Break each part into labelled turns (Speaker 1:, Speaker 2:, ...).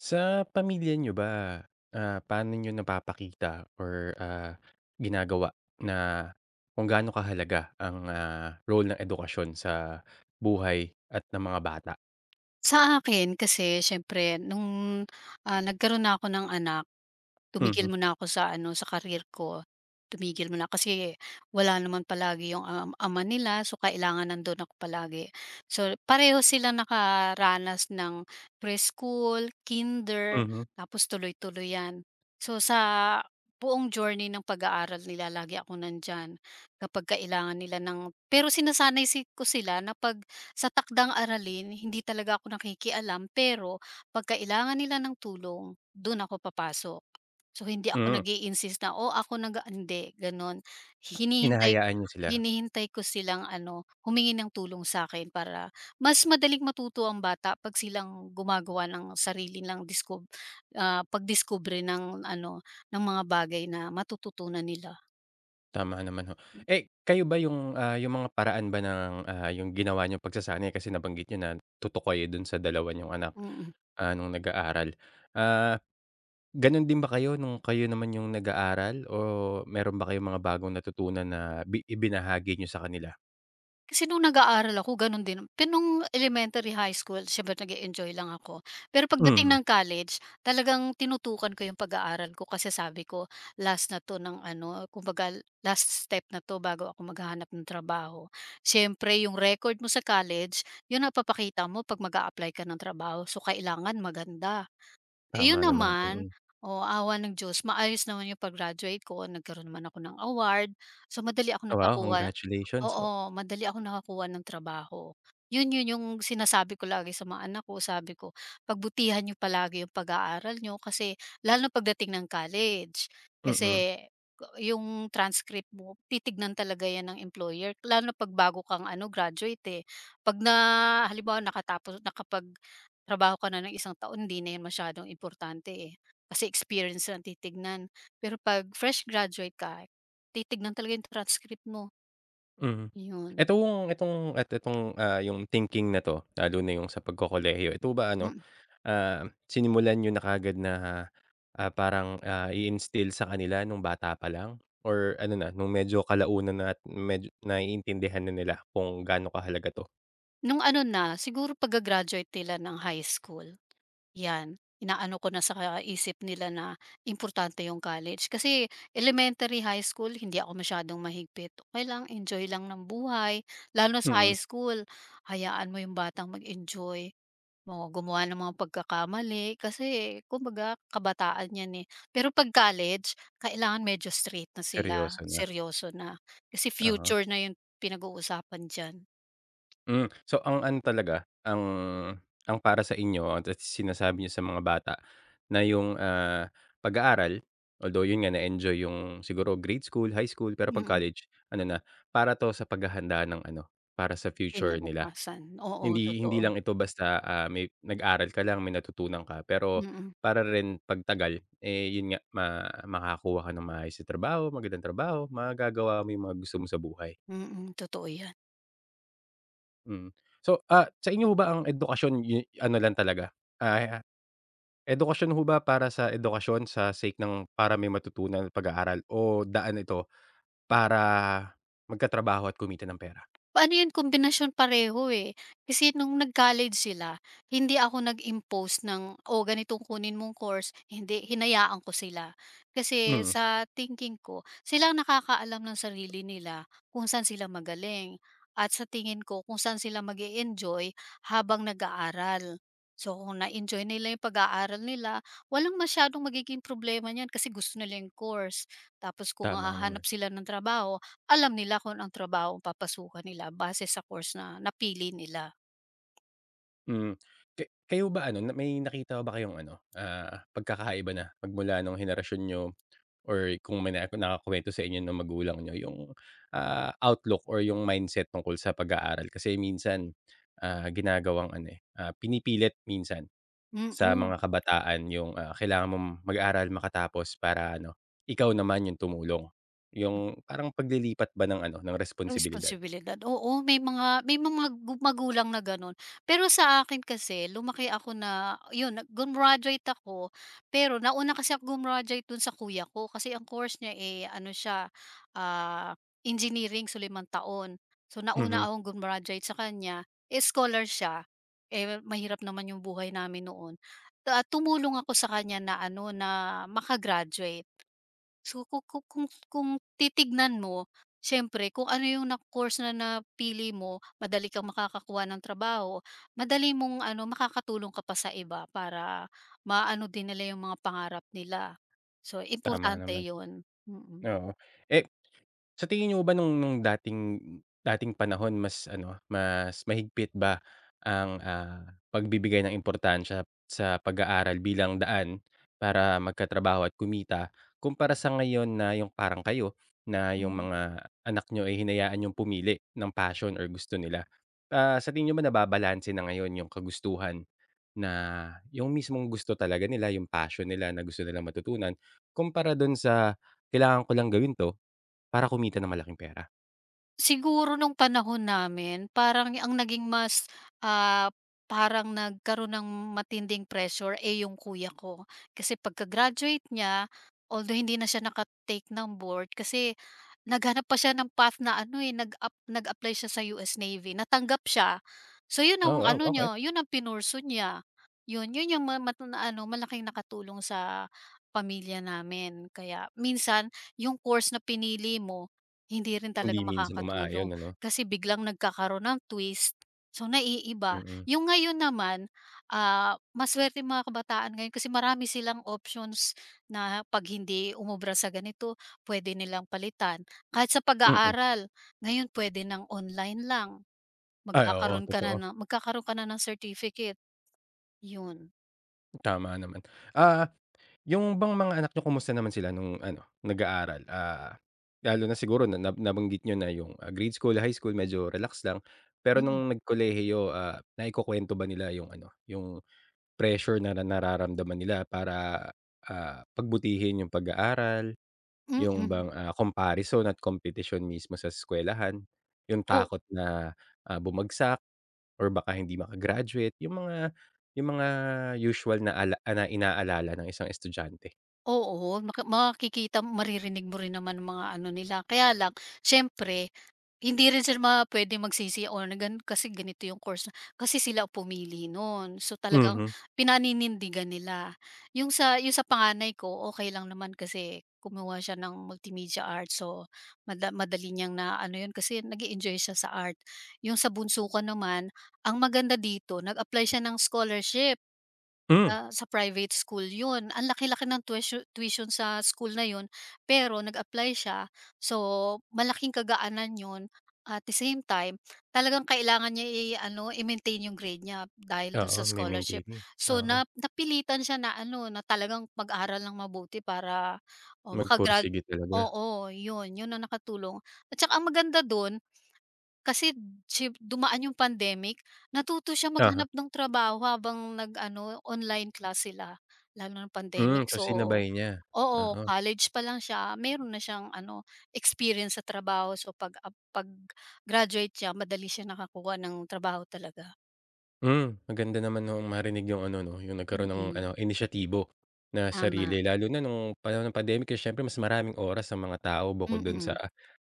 Speaker 1: Sa pamilya niyo ba, paano niyo napapakita ginagawa na kung gaano kahalaga ang, role ng edukasyon sa buhay at ng mga bata?
Speaker 2: Sa akin kasi siyempre nung, nagkaroon na ako ng anak, tumigil
Speaker 1: Mhm.
Speaker 2: muna ako sa ano, sa career ko. Tumigil muna kasi wala naman palagi yung, ama nila, so kailangan nandun ako palagi. So pareho sila nakaranas ng preschool, kinder,
Speaker 1: Mhm.
Speaker 2: tapos tuloy-tuloy 'yan. So sa buong journey ng pag-aaral nila lagi akong nandiyan kapag kailangan nila ng pero sinasanay ko sila na 'pag sa takdang aralin, hindi talaga ako nakikialam, pero 'pag kailangan nila ng tulong, doon ako papasok. So, hindi ako
Speaker 1: Hmm,
Speaker 2: nag insist na, "Oh, ako nag hindi, gano'n." Hinihintay
Speaker 1: hinahayaan niyo sila,
Speaker 2: hinihintay ko silang ano, humingi ng tulong sa akin para mas madaling matuto ang bata 'pag silang gumagawa ng sarili lang pagdiskubre ng ano, ng mga bagay na matututunan nila.
Speaker 1: tama naman ho. Kayo ba yung, yung mga paraan ba ng, yung ginawa niyong pagsasanay kasi nabanggit niyo na tutok kayo dun sa dalawa niyong anak,
Speaker 2: Mm.
Speaker 1: nung nag-aaral. Ah Gano'n din ba kayo nung kayo naman yung nag-aaral o meron ba kayong mga bagong natutunan na ibinahagi niyo sa kanila?
Speaker 2: Kasi nung nag-aaral ako gano'n din. Pero nung elementary, high school, siyempre nag enjoy lang ako. Pero pagdating
Speaker 1: Mm.
Speaker 2: ng college, talagang tinutukan ko yung pag-aaral ko kasi sabi ko, last na 'to ng ano, kumbaga last step na 'to bago ako maghahanap ng trabaho. Siyempre yung record mo sa college, yun ang papakita mo 'pag mag apply ka ng trabaho. So, kailangan maganda.
Speaker 1: Tama
Speaker 2: Ayun
Speaker 1: naman.
Speaker 2: naman,
Speaker 1: Mm.
Speaker 2: o awa ng Diyos, maayos naman 'yung pag-graduate ko, nagkaroon naman ako ng award. So madali ako
Speaker 1: Oh, wow,
Speaker 2: nakakuha.
Speaker 1: congratulations. O
Speaker 2: Oo, madali akong nakakuha ng trabaho. 'Yun 'yun 'Yung sinasabi ko lagi sa mga anak ko, sabi ko, "Pagbutihan niyo palagi 'yung pag-aaral niyo, kasi lalo na pagdating ng college,
Speaker 1: mm.
Speaker 2: kasi 'yung transcript mo titignan talaga 'yan ng employer." Lalo na 'pag bago kang ano graduate, eh. 'Pag na halimbawa nakatapos nakapag trabaho ka na ng isang taon, hindi na yun masyadong importante, eh, kasi experience ang titignan. Pero 'pag fresh graduate ka, titignan talaga yung transcript mo,
Speaker 1: Mm.
Speaker 2: yun.
Speaker 1: Etong etong at etong, yung thinking na 'to, lalo na yung sa pagkokolehiyo, ito ba ano,
Speaker 2: Mm.
Speaker 1: sinimulan niyo na kaagad na, parang, i-instill sa kanila nung bata pa lang or ano na, nung medyo kalaunan na at medyo naiintindihan na nila kung gaano kahalaga 'to?
Speaker 2: Nung ano na, siguro pag graduate nila ng high school, 'yan, inaano ko na sa isip nila na importante yung college. Kasi elementary, high school hindi ako masyadong mahigpit, okey lang, enjoy lang ng buhay. Lalo na sa
Speaker 1: Mm.
Speaker 2: high school, hayaan mo yung batang mag-enjoy. Mga gumawa ng mga pagkakamali kasi kumbaga kabataan 'yan, eh. Pero 'pag college, kailangan medyo strict na sila,
Speaker 1: Seryoso na.
Speaker 2: seryoso na. Kasi
Speaker 1: Oo.
Speaker 2: future na 'yung pinag-uusapan diyan.
Speaker 1: Hmm, so ang ano talaga, ang para sa inyo at sinasabi niyo sa mga bata na yung, pag-aaral, although yun nga na-enjoy yung siguro grade school, high school, pero 'pag
Speaker 2: Mm,
Speaker 1: college ano na, para 'to sa paghahanda ng ano, para sa future nila.
Speaker 2: kinabukasan. Oo,
Speaker 1: Hindi hindi
Speaker 2: totoo.
Speaker 1: lang ito basta, may nag-aral ka lang, may natutunan ka, pero
Speaker 2: Mm.
Speaker 1: para rin 'pag tagal, eh, yun nga makakakuha ka ng maayos na trabaho, magandang trabaho, magagawa mo yung mga gusto mo sa buhay.
Speaker 2: Mm, totoo 'yan.
Speaker 1: Mm. So, sa inyo ho ba ang edukasyon yu ano lang talaga, ah, edukasyon ho ba para sa edukasyon sa sake ng para may matutunan at pag-aaral o daan ito para magkatrabaho at kumita ng pera?
Speaker 2: Paano 'yun, kombinasyon pareho, eh. Kasi nung nag-college sila, hindi ako nag-impose ng, "Oh, ganitong kunin mong course." Hindi, hinayaan ko sila. Kasi
Speaker 1: Mm.
Speaker 2: sa thinking ko, sila ang nakakaalam ng sarili nila, kung saan sila magaling at sa tingin ko kung saan sila mag enjoy habang nag-aaral. So, kung na-enjoy nila 'yung pag-aaral nila, walang masyadong magiging problema niyan kasi gusto nila 'yung course. Tapos kung
Speaker 1: Tama naman.
Speaker 2: hahanap sila ng trabaho, alam nila kung ang trabahong papasukan nila base sa course na napili nila.
Speaker 1: Mm. Ka Kayo ba ano, na may nakita ba kayong ano, pagkakaiba na magmula nung henerasyon niyo? Or kung may na nakakuwento sa inyo ng magulang nyo yung, outlook or yung mindset tungkol sa pag-aaral kasi minsan, ginagawang ano, eh, pinipilit minsan
Speaker 2: Mm.
Speaker 1: sa
Speaker 2: Oo.
Speaker 1: mga kabataan yung, kailangan mong mag-aral makatapos para ano, ikaw naman yung tumulong. Yung parang paglilipat ba ng ano, ng responsibilidad.
Speaker 2: Responsibilidad, oo, may mga gu magulang na gano'n. Pero sa akin kasi lumaki ako na yun, gumraduate ako, pero nauna kasi ako gumraduate dun sa kuya ko kasi ang course niya, eh, ano siya, ah, engineering, so, limang taon. So, nauna
Speaker 1: Mhm.
Speaker 2: akong gumraduate sa kanya, eh, scholar siya, eh, mahirap naman yung buhay namin noon. Tumulong ako sa kanya na ano, na maka. So, ku ku kung titignan mo, siyempre kung ano yung na course na napili mo, madali kang makakakuha ng trabaho, madali mong ano, makakatulong ka pa sa iba para maano din nila yung mga pangarap nila. So,
Speaker 1: Tama
Speaker 2: importante
Speaker 1: naman,
Speaker 2: yun. Mm.
Speaker 1: oo. Eh Sa tingin niyo ba nung dating dating panahon mas ano, mas mahigpit ba ang, pagbibigay ng importansya sa pag-aaral bilang daan para magkatrabaho at kumita, kumpara sa ngayon na yung parang kayo, na yung
Speaker 2: Mm.
Speaker 1: mga anak niyo ay hinayaan niyong pumili ng passion or gusto nila? Sa tingin niyo ba nababalanse na ngayon yung kagustuhan na yung mismong gusto talaga nila, yung passion nila na gusto nilang matutunan, kumpara dun sa, "Kailangan ko lang gawin 'to." Para kumita ng malaking pera.
Speaker 2: Siguro nung panahon namin, parang ang naging mas, ah, parang nagkaroon ng matinding pressure, eh, yung kuya ko. Kasi pagka-graduate niya, although hindi na siya naka ng board kasi naghanap pa siya ng path na ano, eh, nag-apply siya sa US Navy, natanggap siya. So yun
Speaker 1: Oh,
Speaker 2: ang
Speaker 1: wow,
Speaker 2: ano
Speaker 1: okey.
Speaker 2: niya, yun ang pinursu niya. Yun, yung ma matu na ano, malaking nakatulong sa pamilya namin. Kaya minsan yung course na pinili mo hindi rin
Speaker 1: Hindi
Speaker 2: talaga
Speaker 1: minsan umaayon
Speaker 2: makakatulong
Speaker 1: ano.
Speaker 2: kasi biglang nagkakaroon ng twist, so naiiba.
Speaker 1: Mm.
Speaker 2: Yung ngayon naman, masuwerteng mga kabataan ngayon kasi marami silang options na 'pag hindi umubra sa ganito, puwede nilang palitan. Kahit sa
Speaker 1: Mm.
Speaker 2: pag-aaral, ngayon pwede ng online lang.
Speaker 1: Ay, oo, totoo.
Speaker 2: Magkakaroon ka na ng certificate, yun.
Speaker 1: Tama naman. Ah, yung bang mga anak niyo kumusta naman sila nung ano, nag-aaral? Lalo na siguro na nabanggit niyo na yung, grade school, high school medyo relax lang. Pero
Speaker 2: Mm.
Speaker 1: nung nagkolehiyo, naikukuwento ba nila yung ano, yung pressure na nararamdaman nila para, pagbutihin yung pag-aaral? Yung
Speaker 2: Mm.
Speaker 1: bang, comparison at competition mismo sa eskuwelahan, yung
Speaker 2: O
Speaker 1: takot na, bumagsak or baka hindi maka yung mga yung mga usual na ala na inaalala ng isang estudyante.
Speaker 2: oo, makikita, maririnig mo rin naman ang mga ano nila, kaya lang siyempre hindi rin sila puwedeng magsisi or na gan kasi ganito yung course na kasi sila pumili nun. So, talagang
Speaker 1: Mhm.
Speaker 2: pinaninindigan nila. Yung sa panganay ko, okey lang naman kasi kumuha siya ng multimedia arts. So, madali niyang naano yun kasi nag-e-enjoy siya sa art. Yung sa bunso ko naman, ang maganda dito, nag-apply siya ng scholarship.
Speaker 1: Hmm.
Speaker 2: Sa private school 'yun. Ang laki-laki ng tuition tuition sa school na 'yun, pero nag-apply siya. So, malaking kagaanan 'yun. At the same time, talagang kailangan niya i-ano, i-maintain 'yung grade niya dahil dun
Speaker 1: Oo,
Speaker 2: sa
Speaker 1: may
Speaker 2: scholarship.
Speaker 1: maintaining.
Speaker 2: So,
Speaker 1: Oo,
Speaker 2: na napilitan siya na ano, na talagang mag-aral ng mabuti para, oh, maka-grad.
Speaker 1: magpursige talaga.
Speaker 2: Oo, 'yun, 'yun ang nakatulong. At saka ang maganda dun kasi dumaan yung pandemic, natuto siya
Speaker 1: Uh-huh.
Speaker 2: maghanap ng trabaho habang nag-ano, online class sila, lalo ng
Speaker 1: Hmm,
Speaker 2: pandemic.
Speaker 1: so
Speaker 2: So
Speaker 1: sinabay niya.
Speaker 2: oo,
Speaker 1: Oo.
Speaker 2: college pa lang siya, meron na siyang ano, experience sa trabaho. So pag-graduate siya, madali siya nakakuha ng trabaho talaga.
Speaker 1: Hmm, maganda naman noong marinig yung ano 'no, yung nagkaroon ng
Speaker 2: Mm,
Speaker 1: ano, inisyatibo na
Speaker 2: tama.
Speaker 1: sarili lalo na nung panahon ng pandemic kasi siyempre mas maraming oras ang mga tao bukod dun sa,
Speaker 2: Mm,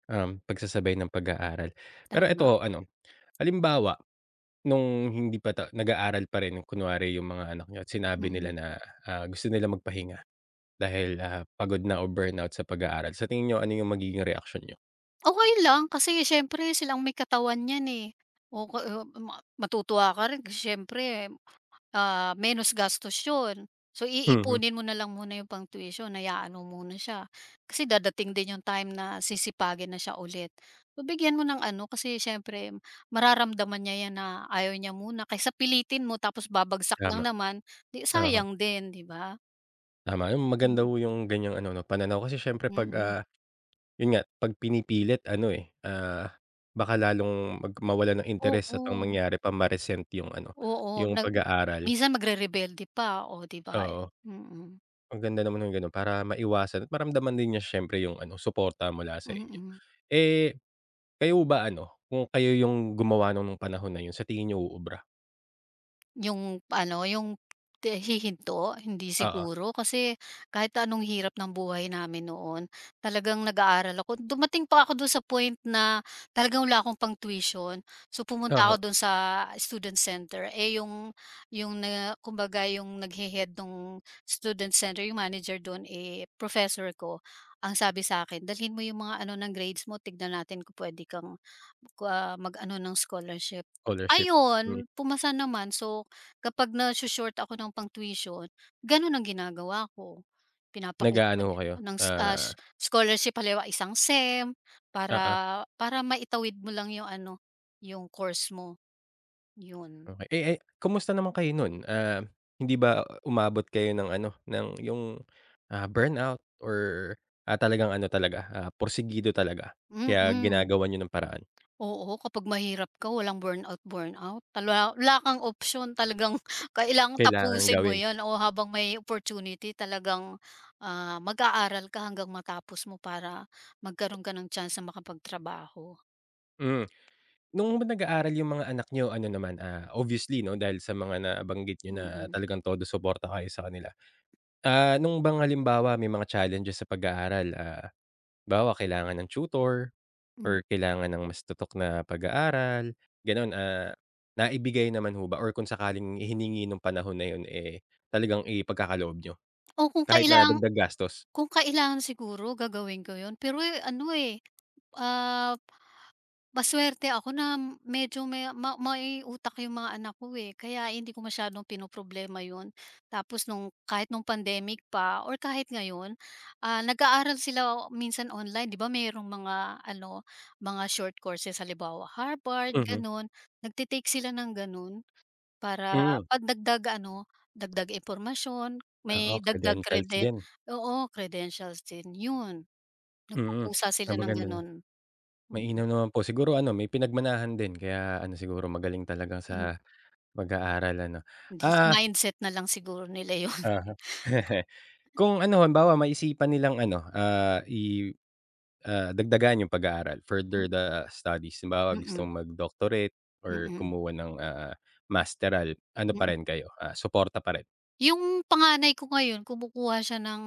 Speaker 1: pagsasabay ng pag-aaral. Pero
Speaker 2: tama.
Speaker 1: eto ano, halimbawa nung hindi pa ta nag-aaral pa rin kunwari yung mga anak niyo at sinabi nila
Speaker 2: Mm.
Speaker 1: na, gusto nila magpahinga dahil, pagod na o burnout sa pag-aaral, sa tingin niyo ano yung magiging reaksyon niyo?
Speaker 2: Okay lang kasi siyempre sila ang may katawan niyan, eh. O ka eh, ma matutuwa ka rin kasi siyempre menos gastos yun. So,
Speaker 1: Mhm.
Speaker 2: iipunin mo na lang muna yung pang-tuition, hayaan mo muna siya. Kasi dadating din yung time na sisipagin na siya ulit. So, bigyan mo ng ano, kasi siyempre mararamdaman niya yan na ayaw niya muna kaysa pilitin mo tapos babagsak lang
Speaker 1: Tama.
Speaker 2: naman, 'di
Speaker 1: Oo,
Speaker 2: sayang din, 'di ba?
Speaker 1: tama. Yung maganda
Speaker 2: Mm.
Speaker 1: ho yung ganyang ano 'no, pananaw kasi siyempre 'pag,
Speaker 2: Mm.
Speaker 1: yun nga, 'pag pinipilit ano, eh, baka lalong mawalan ng interes at ang
Speaker 2: Oo,
Speaker 1: mangyari pa ma-resent yung ano,
Speaker 2: oo,
Speaker 1: yung pag-aaral.
Speaker 2: minsan magrerebelde pa, o 'di ba?
Speaker 1: Oo,
Speaker 2: Mm. Mm.
Speaker 1: ang ganda naman ng gano'n para maiwasan at maramdaman din niya siyempre yung ano, suporta mula sa inyo.
Speaker 2: Mm.
Speaker 1: Eh, Kayo ba ano, kung kayo yung gumawa nun nung panahon na yun, sa tingin niyo uubra?
Speaker 2: Yung ano, yung hihinto, hindi
Speaker 1: Oo.
Speaker 2: siguro, kasi kahit anong hirap ng buhay namin noon, talagang nag-aaral ako. Dumating pa ako dun sa point na talagang wala akong pang-tuition. So, pumunta
Speaker 1: Oo,
Speaker 2: ako dun sa student center, eh, yung na kumbaga yung naghe-head nung student center, yung manager dun, eh, professor ko. Ang sabi sa akin, "Dalhin mo yung mga ano ng grades mo, tignan natin kung pwede kang mag-ano ng scholarship."
Speaker 1: scholarship. Mm.
Speaker 2: Ayun, pumasa naman. So kapag naso-short ako ng pang-tuition, gano'n ang ginagawa ko. Pinapakita ko
Speaker 1: Nag-aano ho kayo,
Speaker 2: ng
Speaker 1: ah
Speaker 2: scholarship halimbawa isang SEM
Speaker 1: oo.
Speaker 2: para para maitawid mo lang 'yung ano, 'yung course mo, 'yun.
Speaker 1: Okey. Eh, kumusta naman kayo nun? Hindi ba umabot kayo ng ano, ng yung, burnout or, talagang ano talaga, porsigido talaga kaya
Speaker 2: Mm.
Speaker 1: ginagawan niyo ng paraan?
Speaker 2: Oo, kapag mahirap ka walang burnout, burnout, wala wala kang option talagang kailangang
Speaker 1: Kailangan
Speaker 2: tapusin mo
Speaker 1: gawin.
Speaker 2: 'yun o habang may opportunity talagang, mag-aaral ka hanggang matapos mo para magkaroon ka ng chance na makapagtrabaho.
Speaker 1: Mm. Nung nag-aaral yung mga anak niyo ano naman, obviously 'no, dahil sa mga nabanggit niyo na
Speaker 2: Mm.
Speaker 1: talagang todo suporta kayo sa kanila. Nung bang halimbawa may mga challenges sa pag-aaral, halimbawa kailangan ng tutor or kailangan ng mas tutok na pag-aaral, gano'n, naibigay naman ho ba or kung sakaling hiningi nung panahon na 'yun, eh, talagang ipagkakaloob niyo?
Speaker 2: O
Speaker 1: Kahit na dagdag gastos?
Speaker 2: kung kailangan siguro gagawin ko 'yun, pero, eh, ano, eh, ah, masuwerte ako na medyo may utak yung mga anak ko, eh, kaya hindi ko masyadong pinoproblema 'yun. Tapos nung kahit nung pandemic pa or kahit ngayon, nag-aaral sila minsan online, 'di ba mayroong mga ano, mga short courses halimbawa Harvard,
Speaker 1: Mhm.
Speaker 2: gano'n, nagte-take sila ng gano'n. Para
Speaker 1: Hmm.
Speaker 2: 'pag dagdag ano, dagdag impormasyon, may
Speaker 1: Oo,
Speaker 2: dagdag
Speaker 1: credentials din.
Speaker 2: oo, credentials din, yun.
Speaker 1: Mm.
Speaker 2: Nagkukusa sila ng
Speaker 1: Maganda na
Speaker 2: gano'n. Mm.
Speaker 1: mainam naman po siguro ano may pinagmanahan din kaya ano siguro magaling talaga sa
Speaker 2: hin
Speaker 1: pag-aaral ano.
Speaker 2: Hindi sa
Speaker 1: Ah,
Speaker 2: mindset na lang siguro nila yun.
Speaker 1: aha. Kung ano halimbawa maisipan nilang ano, dagdagan yung pag-aaral, further the studies. Halimbawa gusto
Speaker 2: Mm.
Speaker 1: mong mag-doctorate or
Speaker 2: Mm.
Speaker 1: kumuha ng, masteral, ano pa
Speaker 2: Mm.
Speaker 1: rin kayo, suporta pa rin?
Speaker 2: Yung panganay ko ngayon kumukuha siya ng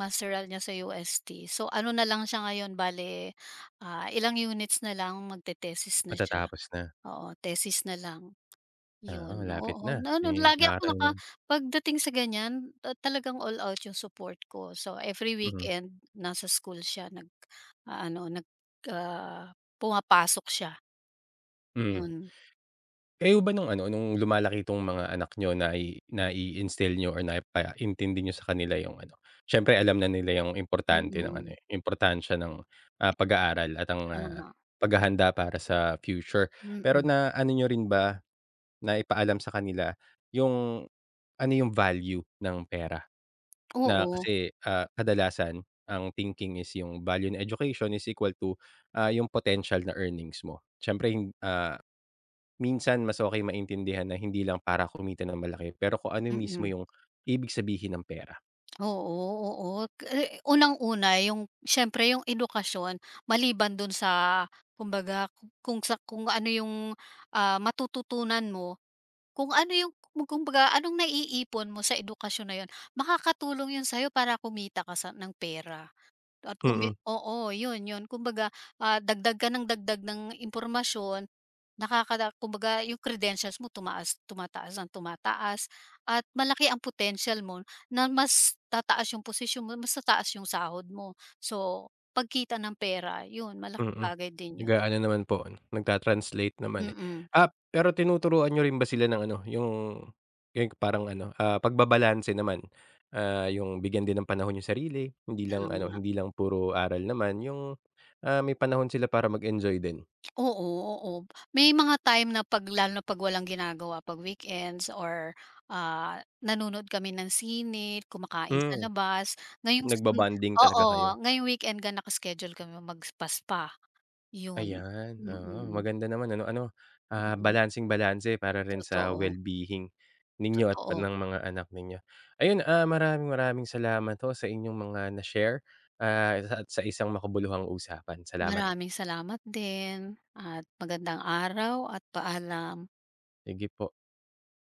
Speaker 2: masteral niya sa UST. So ano na lang siya ngayon bale, ilang units na lang, magte-thesis na siya,
Speaker 1: Matatapos na?
Speaker 2: oo, thesis na lang.
Speaker 1: Oo,
Speaker 2: Yun,
Speaker 1: malapit na.
Speaker 2: oo. Na ano,
Speaker 1: Eh,
Speaker 2: lagi ako
Speaker 1: nag-aaral ng
Speaker 2: pagdating sa ganyan talagang all out yung support ko. So, every
Speaker 1: mm.
Speaker 2: weekend nasa school siya, ano, pumapasok siya,
Speaker 1: Mm.
Speaker 2: yun.
Speaker 1: Kayo ba nung ano, nung lumalaki itong mga anak niyo nai-instill niyo or naipaintindi niyo sa kanila yung ano, siyempre alam na nila yung importante ng ano,
Speaker 2: Mm,
Speaker 1: eh, importansya ng, pag-aaral at ang,
Speaker 2: tama.
Speaker 1: paghahanda para sa future. Pero
Speaker 2: Mm.
Speaker 1: na ano niyo rin ba na ipaalam sa kanila yung ano yung value ng pera na
Speaker 2: Oo.
Speaker 1: kasi, kadalasan ang thinking is yung value in education is equal to, yung potential na earnings mo. Siyempre minsan mas okay maintindihan na hindi lang para kumita ng malaki pero kung ano mismo
Speaker 2: Mm.
Speaker 1: yung ibig sabihin ng pera.
Speaker 2: Oo, oo. Eh, unang-una yung siyempre yung edukasyon maliban dun sa kumbaga kung sa kung ano yung, matututunan mo. Kung ano yung kung kumbaga anong naiipon mo sa edukasyon na yun, makakatulong yun sa'yo para kumita ka sa ng pera at
Speaker 1: Mm.
Speaker 2: oo, yun yun. Kumbaga, dagdag ng impormasyon, kumbaga yung credentials mo, tumataas ng tumataas at malaki ang potential mo na mas tataas yung posisyon mo, mas tataas yung sahod mo. So, pagkita ng pera, yun malaking
Speaker 1: Mm.
Speaker 2: bagay din yun.
Speaker 1: Nag-aano naman po, nagta-translate naman, eh.
Speaker 2: Mm,
Speaker 1: Pero tinuturuan niyo rin ba sila ng ano, yung parang ano, pagbabalanse naman? Yung bigyan din ng panahon yung sarili, hindi lang ano,
Speaker 2: tama.
Speaker 1: hindi lang puro aral naman, yung, may panahon sila para mag-enjoy din?
Speaker 2: Oo, oo. May mga time na 'pag lalo na 'pag walang ginagawa, 'pag weekends, or, nanonood kami ng sine, kumakain sa
Speaker 1: Hmm,
Speaker 2: labas. Ngayong si
Speaker 1: nagba-bonding talaga
Speaker 2: Oo,
Speaker 1: kayo?
Speaker 2: ngayong weekend nga naka-schedule kami magpa-spa spa spa, 'yun.
Speaker 1: Ayan, oo.
Speaker 2: Mm.
Speaker 1: Maganda naman ano ano,
Speaker 2: Mm.
Speaker 1: balanseng-balanse para rin sa
Speaker 2: Totoo,
Speaker 1: well-being ninyo at pa
Speaker 2: totoo.
Speaker 1: ng mga anak ninyo. Ayun, maraming maraming salamat ho sa inyong mga na-share, at sa isang makabuluhang usapan. Salamat.
Speaker 2: Maraming salamat din at magandang araw at paalam.
Speaker 1: Sige po.